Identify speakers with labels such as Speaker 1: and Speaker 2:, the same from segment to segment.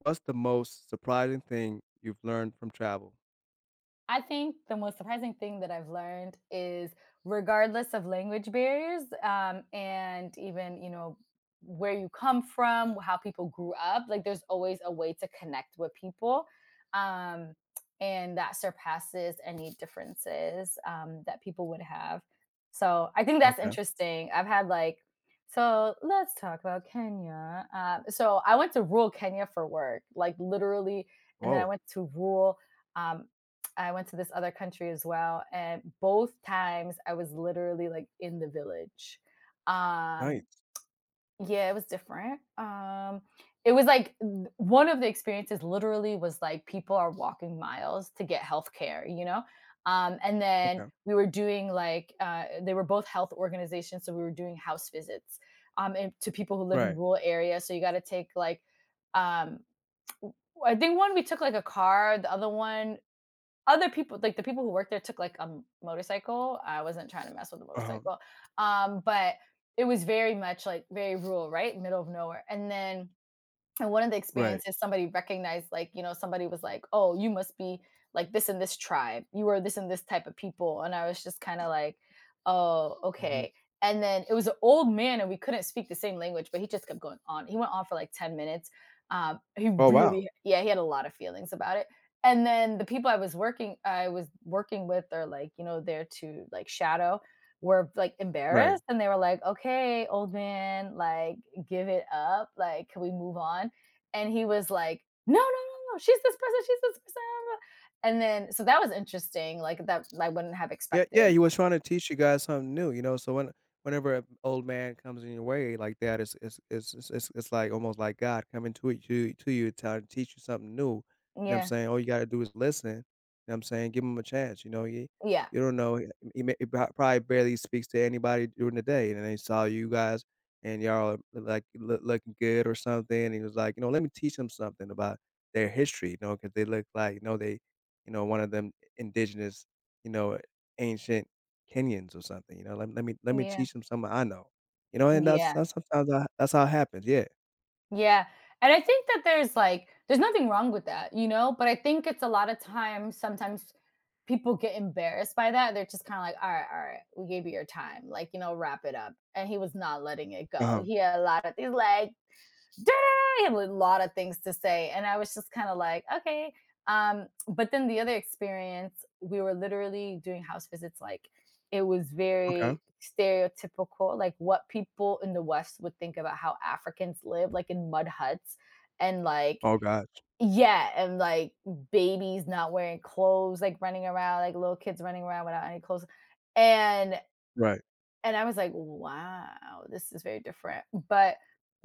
Speaker 1: What's the most surprising thing you've learned from travel?
Speaker 2: I think the most surprising thing that I've learned is regardless of language barriers, and even, you know, where you come from, how people grew up, like there's always a way to connect with people. Um, and that surpasses any differences that people would have. So I think that's
Speaker 1: Okay.
Speaker 2: interesting. I've had like, so let's talk about Kenya. So I went to rural Kenya for work, like literally, and then I
Speaker 1: Whoa.
Speaker 2: went to rural um, I went to this other country as well. And both times I was literally like in the village. Um,
Speaker 1: Nice.
Speaker 2: yeah, it was different. It was like one of the experiences literally was like people are walking miles to get healthcare, you know? And then
Speaker 1: Okay.
Speaker 2: we were doing like, they were both health organizations. So we were doing house visits and to people who live in
Speaker 1: Right.
Speaker 2: rural areas. So you got to take like, um, I think one we took like a car, the other one other people, like the people who worked there took like a motorcycle. I wasn't trying to mess with the
Speaker 1: Uh-huh.
Speaker 2: motorcycle. But it was very much like very rural, right? Middle of nowhere. And one of the
Speaker 1: Right.
Speaker 2: experiences somebody recognized, like, you know, somebody was like, "Oh, you must be like this and this tribe. You were this and this type of people." And I was just kind of like, "Oh,
Speaker 1: Mhm.
Speaker 2: okay." And then it was an old man, and we couldn't speak the same language, but he just kept going on. He went on for like 10 minutes. He
Speaker 1: Oh, wow.
Speaker 2: really, yeah, he had a lot of feelings about it. And then the people I was working with, are like, you know, there to like shadow, were like
Speaker 1: Right.
Speaker 2: embarrassed, and they were like, "Okay, old man, like, give it up. Like, can we move on?" And he was like, "No, no, no, no, she's this person, she's this person." And then so that was interesting. Like that, I wouldn't have
Speaker 1: Yeah, yeah,
Speaker 2: expected.
Speaker 1: he was trying to teach you guys something new, you know, so whenever an old man comes in your way like that, it's like almost like God coming to it you to you trying to teach you something new, you know what I'm
Speaker 2: Yeah,
Speaker 1: saying? All you gotta do is listen, you know what I'm saying? Give him a chance, you know, he
Speaker 2: yeah,
Speaker 1: you don't know, he probably barely speaks to anybody during the day, and then he saw you guys and y'all are like looking good or something, and he was like, "You know, let me teach them something about their history," you know, because they look like, you know, they you know, one of them indigenous, you know, ancient Kenyans or something, you know, let me
Speaker 2: yeah,
Speaker 1: teach them something I know, you know, and that's
Speaker 2: yeah,
Speaker 1: that's sometimes that's how it happens, yeah.
Speaker 2: yeah. And I think that there's like there's nothing wrong with that, you know. But I think it's a lot of times sometimes people get embarrassed by that. They're just kind of like, all right, we gave you your time. Like you know, wrap it up." And he was not letting it go.
Speaker 1: Uh-huh,
Speaker 2: He had a lot of these like I had a lot of things to say. And I was just kind of like, okay. But then the other experience, we were literally doing house visits. Like it was
Speaker 1: okay.
Speaker 2: very stereotypical, like what people in the West would think about how Africans live, like in mud huts and like,
Speaker 1: Oh gosh,
Speaker 2: yeah, and like babies not wearing clothes, like running around, like little kids running around without any clothes. And
Speaker 1: right.
Speaker 2: and I was like, wow, this is very different. But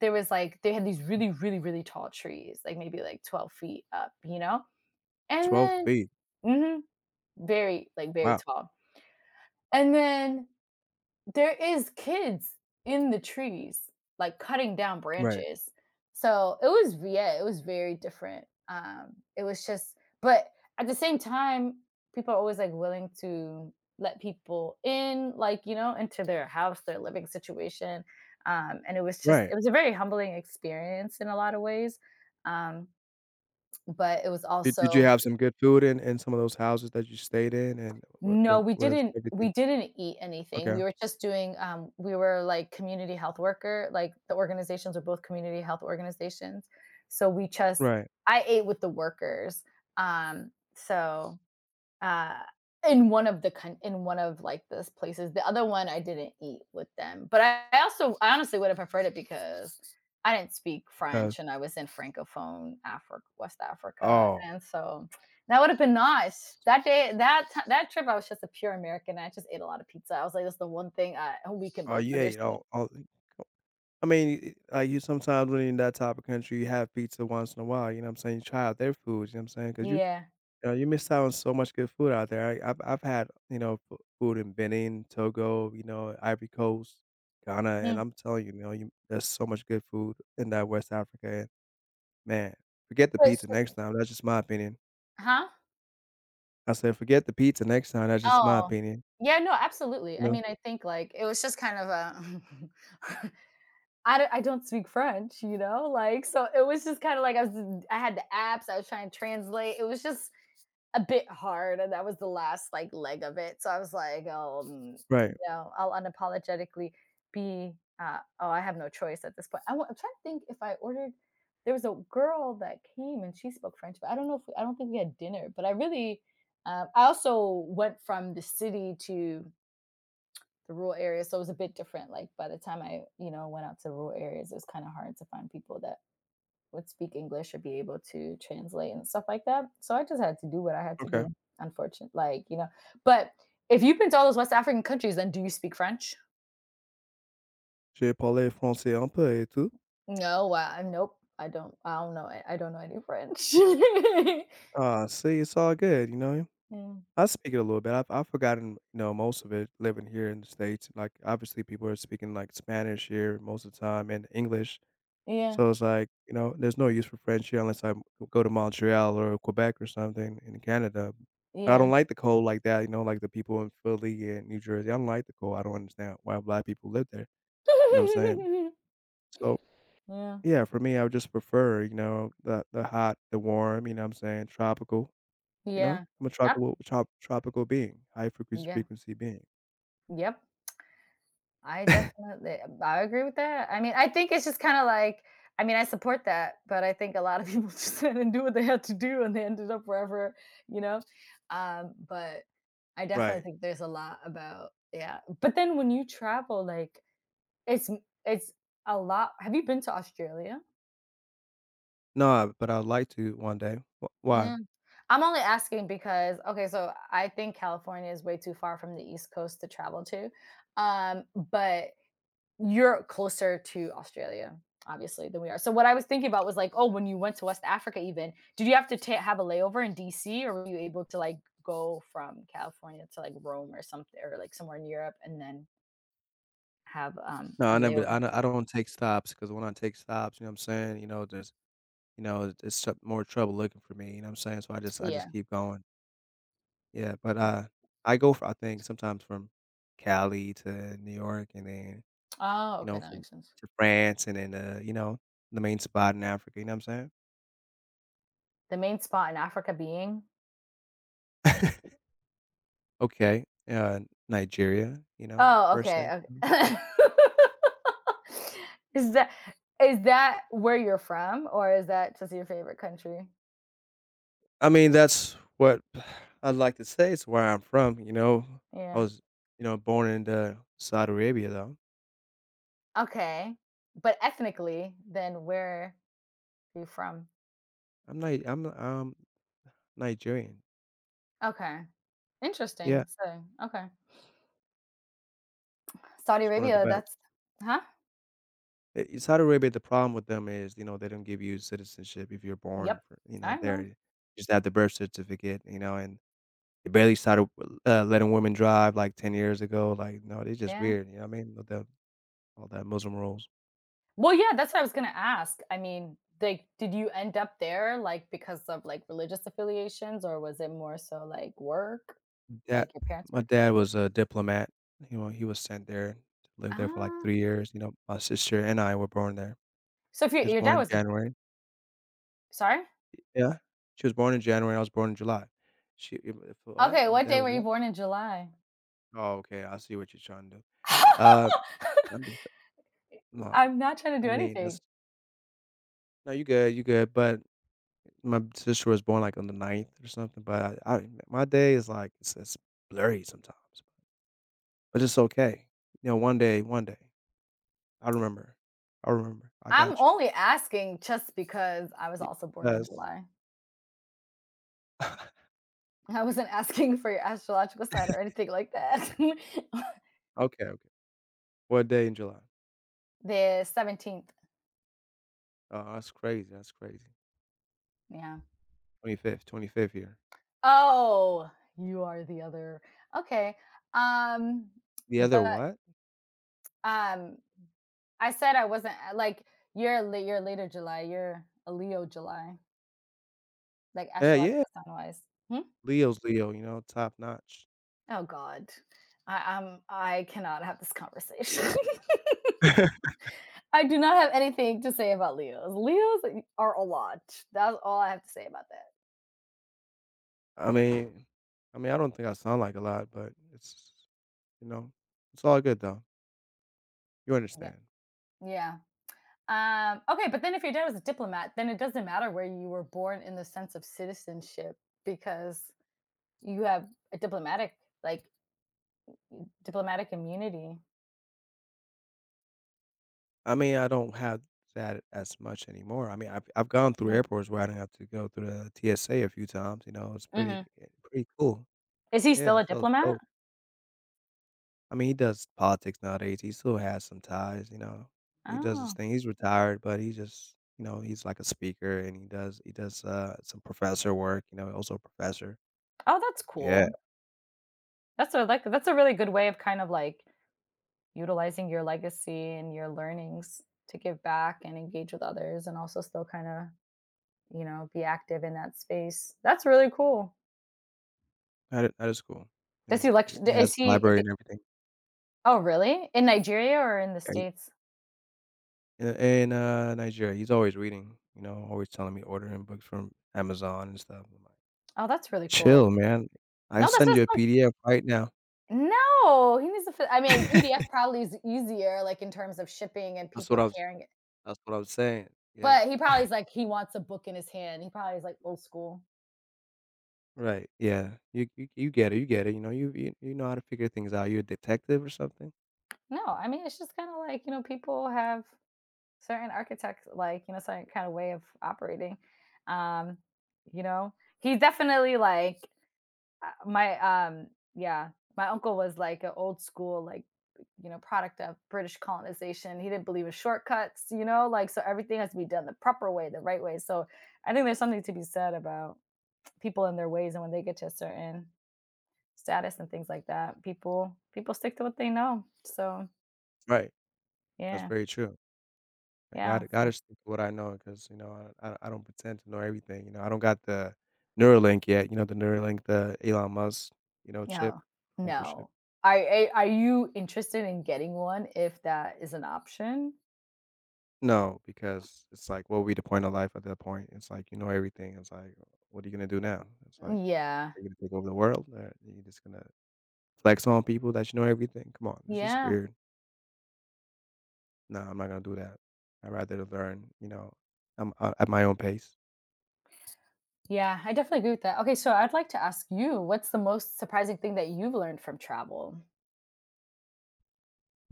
Speaker 2: there was like, they had these really, really, really tall trees, like maybe like 12 feet up, you know? And
Speaker 1: 12
Speaker 2: then,
Speaker 1: feet,
Speaker 2: mhm, very, like, very
Speaker 1: wow.
Speaker 2: tall. And then there is kids in the trees, like, cutting down
Speaker 1: Right,
Speaker 2: branches. So, it was yeah, it was very different. It was just but at the same time, people are always, like, willing to let people in, like, you know, into their house, their living situation, and it was just
Speaker 1: right.
Speaker 2: it was a very humbling experience in a lot of ways, um, but it was
Speaker 1: Did you
Speaker 2: also
Speaker 1: have some good food in some of those houses that you stayed in, and what
Speaker 2: no,
Speaker 1: what was everything
Speaker 2: we didn't eat anything.
Speaker 1: okay?
Speaker 2: We were just doing, we were like community health worker, like the organizations were both community health organizations. So we just
Speaker 1: Right.
Speaker 2: I ate with the workers. Um, so uh, in one of the coun in one of, like, those places. The other one, I didn't eat with them, but I also I honestly would have preferred it because I didn't speak
Speaker 1: Because
Speaker 2: French and I was in Francophone Africa, West Africa,
Speaker 1: Oh,
Speaker 2: and so that would have been nice. That day that ti that trip, I was just a pure American. I just ate a lot of pizza. I was like, "That's the one thing I we can
Speaker 1: oh,
Speaker 2: both
Speaker 1: you ate
Speaker 2: understand."
Speaker 1: all I mean, like you sometimes when you're in that type of country, you have pizza once in a while, you know what I'm saying, you try out their foods, you know what I'm saying, saying because you
Speaker 2: Yeah.
Speaker 1: Now you miss out on so much good food out there. I've had, you know, f food in Benin, Togo, you know, Ivory Coast, Ghana, and
Speaker 2: Mm.
Speaker 1: I'm telling you, you know, you there's so much good food in that West Africa, and man, forget the
Speaker 2: But s
Speaker 1: pizza next time, that's just my opinion.
Speaker 2: huh?
Speaker 1: I said, "Forget the pizza next time, that's just my
Speaker 2: Oh.
Speaker 1: opinion,"
Speaker 2: Yeah, no, absolutely.
Speaker 1: you
Speaker 2: I
Speaker 1: know?
Speaker 2: mean, I think, like, it was just kind of a I don't speak French, you know, like so it was just kind of like I was I had the apps, I was trying to translate. It was just a bit hard, and that was the last like leg of it. So I was like, oh, mm,
Speaker 1: Right,
Speaker 2: you know, I'll unapologetically be. Oh, I have no choice at this point. I, am trying to think if I ordered. There was a girl that came and she spoke French, but I don't know if we, I don't think we had dinner. But I really, I also went from the city to the rural areas. So it was a bit different. Like by the time I, you know, went out to rural areas, it was kind of hard to find people that would speak English or be able to translate and stuff like that. So I just had to do what I had to
Speaker 1: okay.
Speaker 2: do, unfortunately. Like, you know, but if you've been to all those West African countries, then do you speak French?
Speaker 1: "Je parle français un peu et tout."
Speaker 2: No, nope. I don't. I don't know. I don't know any French.
Speaker 1: Aw, see, it's all good, you know?
Speaker 2: Mm,
Speaker 1: I speak it a little bit. I've forgotten, you know, most of it living here in the States. Like, obviously, people are speaking, like, Spanish here most of the time and English.
Speaker 2: yeah,
Speaker 1: So it's like, you know, there's no use for friendship unless I m go to Montreal or Quebec or something in Canada. But I
Speaker 2: yeah,
Speaker 1: don't like the cold like that, you know, like the people in Philly and New Jersey. I don't like the cold. I don't understand why black people live there, you know what I'm saying? So,
Speaker 2: yeah,
Speaker 1: yeah, for me, I would just prefer, you know, the hot, the warm, you know what I'm saying, tropical, you know?
Speaker 2: yeah.
Speaker 1: I'm a
Speaker 2: Yep.
Speaker 1: tropical being, high frequency
Speaker 2: Yeah.
Speaker 1: frequency being.
Speaker 2: Yep. I definitely I agree with that. I mean, I think it's just kind of like I mean, I support that, but I think a lot of people just didn't do what they had to do and they ended up wherever, you know. But I definitely
Speaker 1: Right.
Speaker 2: think there's a lot about yeah. But then when you travel like it's it's a lot. Have you been to Australia?
Speaker 1: No, but I would like to one day. Wh why?
Speaker 2: Yeah. I'm only asking because okay, so I think California is way too far from the East Coast to travel to. Um, but you're closer to Australia, obviously, than we are. So what I was thinking about was like, oh, when you went to West Africa, even did you have to have a layover in DC, or were you able to like go from California to like Rome or something, or like somewhere in Europe, and then have
Speaker 1: No,
Speaker 2: a
Speaker 1: I never
Speaker 2: layover?
Speaker 1: I don't I don't take stops because when I take stops, you know what I'm saying, you know, there's, you know, it's tr more trouble looking for me, you know what I'm saying? So I just I
Speaker 2: Yeah,
Speaker 1: just keep going. Yeah, but, I go for I think sometimes from Cali to New York and then,
Speaker 2: oh,
Speaker 1: you
Speaker 2: okay,
Speaker 1: know,
Speaker 2: that
Speaker 1: from
Speaker 2: makes sense.
Speaker 1: to France and then, you know, the main spot in Africa, you know what I'm
Speaker 2: The main spot in Africa being.
Speaker 1: saying? Okay, Nigeria, you know,
Speaker 2: Oh,
Speaker 1: per se.
Speaker 2: okay, okay. Is that is that where you're from, or is that just your favorite country?
Speaker 1: I mean, that's what I'd like to say it's where I'm from, you know? I
Speaker 2: Yeah.
Speaker 1: was, you know, born in, Saudi Arabia, though.
Speaker 2: Okay, but ethnically, then where are you from?
Speaker 1: I'm Nigerian.
Speaker 2: Okay,
Speaker 1: Yeah,
Speaker 2: interesting. So, okay. Saudi
Speaker 1: it's one of the
Speaker 2: Arabia,
Speaker 1: best.
Speaker 2: that's huh?
Speaker 1: Saudi Arabia, the problem with them is, you know, they don't give you citizenship if you're born
Speaker 2: Yep. I
Speaker 1: there.
Speaker 2: know.
Speaker 1: You just have the birth certificate, you know, and they barely started, letting women drive, like, 10 years ago, like, no, they're just
Speaker 2: Yeah.
Speaker 1: weird, you know what I mean? With the all that Muslim rules.
Speaker 2: Well, yeah, that's what I was gonna ask. I mean, like, did you end up there, like, because of, like, religious affiliations, or was it more so, like, work?
Speaker 1: That
Speaker 2: Like, your parents'
Speaker 1: My
Speaker 2: work?
Speaker 1: dad was a diplomat, you know, he was sent there, lived there for, like,
Speaker 2: Ah.
Speaker 1: 3 years, you know, my sister and I were born there.
Speaker 2: So if
Speaker 1: She
Speaker 2: your
Speaker 1: was
Speaker 2: your
Speaker 1: born
Speaker 2: dad
Speaker 1: in
Speaker 2: was a
Speaker 1: January.
Speaker 2: sorry?
Speaker 1: Yeah. She was born in January, I was born in July. She if what?
Speaker 2: Okay,
Speaker 1: My
Speaker 2: what
Speaker 1: dad
Speaker 2: day
Speaker 1: was
Speaker 2: were you
Speaker 1: what?
Speaker 2: born in July?
Speaker 1: Oh, okay, I see what you're trying to do. Uh, I'm just no,
Speaker 2: I'm not trying to
Speaker 1: I
Speaker 2: do
Speaker 1: mean, that's
Speaker 2: anything.
Speaker 1: no, you good, but my sister was born, like, on the ninth or something, but I my day is, like, it's blurry sometimes, but it's okay. You know, one day, I remember. I remember. I
Speaker 2: I'm
Speaker 1: got
Speaker 2: only asking just because I was
Speaker 1: you.
Speaker 2: also born in
Speaker 1: Yes.
Speaker 2: July. I wasn't asking for your astrological sign or anything like that. The
Speaker 1: Okay, okay. What day in July?
Speaker 2: 17th.
Speaker 1: Oh, that's crazy, that's crazy.
Speaker 2: Yeah.
Speaker 1: 25th, 25th here.
Speaker 2: Oh, you are the other. Okay. Um
Speaker 1: The other
Speaker 2: but
Speaker 1: what?
Speaker 2: um I said I wasn't like you're a, you're later July. You're a Leo July, like
Speaker 1: Yeah, yeah.
Speaker 2: astrological sign wise.
Speaker 1: Leo's Leo, you know, top notch.
Speaker 2: Oh god. I am I cannot have this conversation. I do not have anything to say about Leos. Leos are a lot. That's all I have to say about that.
Speaker 1: I mean I mean, I don't think I sound like a lot, but you know, it's all good though. You
Speaker 2: Yeah.
Speaker 1: understand.
Speaker 2: Yeah. Okay, but then if your dad was a diplomat, then it doesn't matter where you were born in the sense of citizenship because you have a diplomatic, like diplomatic immunity.
Speaker 1: I mean, I don't have that as much anymore. I mean, I've gone through
Speaker 2: Yeah.
Speaker 1: airports where I didn't have to go through the TSA a few times, you know, it's pretty
Speaker 2: Hmm.
Speaker 1: eh, pretty cool.
Speaker 2: Is he
Speaker 1: Yeah,
Speaker 2: still
Speaker 1: it
Speaker 2: a
Speaker 1: felt
Speaker 2: diplomat?
Speaker 1: dope. I mean, he does politics nowadays. He still has some ties, you know. He does his
Speaker 2: Oh,
Speaker 1: thing. He's retired, but he just, you know, he's like a speaker and he does some professor work, you know, also a professor.
Speaker 2: oh, that's cool.
Speaker 1: Yeah.
Speaker 2: That's a like that's a really good way of kind of like utilizing your legacy and your learnings to give back and engage with others and also still kind of, you know, be active in that space. That's really cool.
Speaker 1: That is cool. Yeah,
Speaker 2: Does he
Speaker 1: he
Speaker 2: lecture
Speaker 1: he has a
Speaker 2: is
Speaker 1: library
Speaker 2: he
Speaker 1: and everything.
Speaker 2: oh, really? In Nigeria or in the
Speaker 1: Yeah, he
Speaker 2: States?
Speaker 1: in, Nigeria, he's always reading, you know, always telling me ordering books from Amazon and stuff. I'm like,
Speaker 2: Oh, that's really cool.
Speaker 1: "Chill, man. I'll
Speaker 2: No, that's
Speaker 1: send you
Speaker 2: just
Speaker 1: a
Speaker 2: like
Speaker 1: PDF right now."
Speaker 2: no, he needs to fi I mean, PDF probably is easier, like, in terms of shipping and
Speaker 1: That's
Speaker 2: people
Speaker 1: what I was
Speaker 2: carrying it,
Speaker 1: that's what I was saying. Yeah.
Speaker 2: but he probably is like, he wants a book in his hand. He probably is, like, old school.
Speaker 1: Right, yeah. You get it, you get it, you know, you know how to figure things out. You're a detective or something?
Speaker 2: No, I mean, it's just kinda like, you know, people have certain architects like, you know, certain kind of way of operating. Um, you know, he definitely like my yeah, my uncle was like an old school like you know product of British colonization. He didn't believe in shortcuts, you know, like so everything has to be done the proper way, the right way. So I think there's something to be said about people and their ways and when they get to a certain status and things like that, people stick to what they know. So
Speaker 1: Right. That's
Speaker 2: yeah,
Speaker 1: very true. I
Speaker 2: yeah.
Speaker 1: gotta gotta stick to what I know because, you know, I don't pretend to know everything, you know, I don't got the Neuralink yet, you know, the Neuralink, the Elon Musk, you know, chip,
Speaker 2: No,
Speaker 1: microchip.
Speaker 2: no. Are a are you interested in getting one if that is an option?
Speaker 1: No, because it's like, what would be the point of life at that point? It's like, you know everything. It's like, what are you gonna do now? It's like,
Speaker 2: Yeah.
Speaker 1: are you gonna take over the world? Or are you just gonna flex on people that you know everything? Come on, it's just
Speaker 2: Yeah.
Speaker 1: weird. No, I'm not gonna do that. I'd rather learn, you know, at my own pace.
Speaker 2: Yeah, I definitely agree with that. Okay, so I'd like to ask you, what's the most surprising thing that you've learned from travel?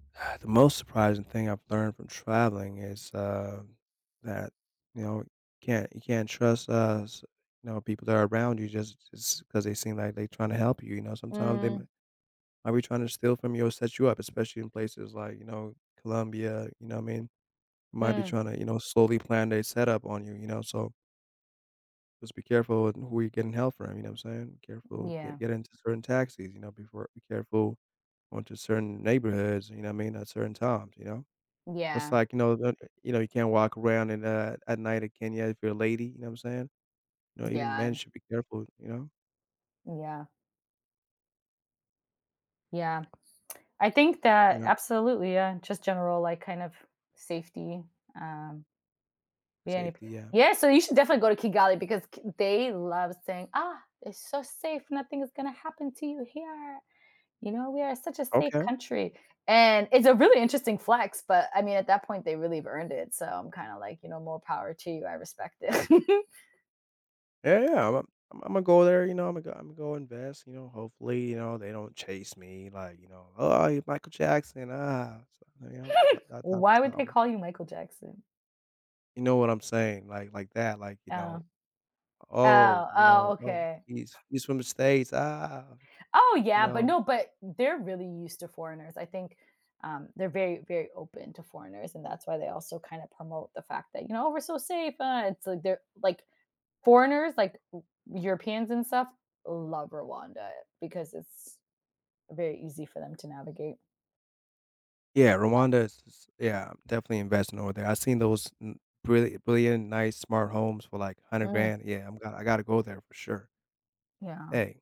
Speaker 1: The most surprising thing I've learned from traveling is, that, you know, can't you can't trust, s you know, people that are around you just because they seem like they trying to help you, you know, sometimes they might
Speaker 2: Mm,
Speaker 1: might be trying to steal from you or set you up, especially in places like, you know, Colombia, you know what I mean? Might be
Speaker 2: mm,
Speaker 1: trying to, you know, slowly plan their setup on you, you know, so just be careful with who you're getting help from, you know what I'm saying? Be careful, get
Speaker 2: yeah.
Speaker 1: get into certain taxis, you know, before be careful going to certain neighborhoods, you know what I mean, at certain times, you know? It's
Speaker 2: Yeah.
Speaker 1: like, you know, the you know, you can't walk around at night in Kenya if you're a lady, you know what I'm saying? You know, even men
Speaker 2: Yeah.
Speaker 1: should be careful, you know?
Speaker 2: Yeah. Yeah. I think that
Speaker 1: Yeah,
Speaker 2: absolutely, yeah, just general like kind of safety. Um BNP.
Speaker 1: safety, yeah.
Speaker 2: Yeah, so you should definitely go to Kigali because they love saying, ah, it's so safe. Nothing is going to happen to you here. You know, we are such a safe
Speaker 1: Okay.
Speaker 2: country. And it's a really interesting flex, but I mean, at that point, they really have earned it. So I'm kind of like, you know, more power to you. I respect it.
Speaker 1: Yeah, yeah, I'm Imma go there, you know, Imma go invest, you know, hopefully, you know, they don't chase me, like, you know, "Oh, you Michael Jackson, ah," so, you know, that that type of
Speaker 2: Why
Speaker 1: stuff.
Speaker 2: would
Speaker 1: I am
Speaker 2: they
Speaker 1: going,
Speaker 2: call you Michael Jackson?
Speaker 1: you know what I'm saying, like that, like,
Speaker 2: Oh, oh,
Speaker 1: You
Speaker 2: oh,
Speaker 1: know, "Oh,
Speaker 2: okay.
Speaker 1: he's from the States, ah,"
Speaker 2: Oh
Speaker 1: you
Speaker 2: yeah, but
Speaker 1: know?
Speaker 2: no, but they're really used to foreigners. I think they're very, very open to foreigners, and that's why they also kind of promote the fact that you know "Oh, we're so safe." It's like they're like foreigners, like Europeans and stuff, love Rwanda because it's very easy for them to navigate.
Speaker 1: Yeah, Rwanda is, yeah, I'm definitely investing over there. I seen those n brilliant brilliant, nice, smart homes for, like, 100
Speaker 2: Mm,
Speaker 1: grand. Yeah, I gotta go there for sure.
Speaker 2: yeah,
Speaker 1: Hey,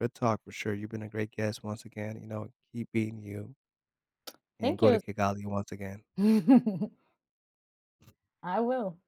Speaker 1: good talk for sure. You've been a great guest once again, you know, keep being you, and
Speaker 2: thank
Speaker 1: go to
Speaker 2: you.
Speaker 1: Kigali once again.
Speaker 2: I will.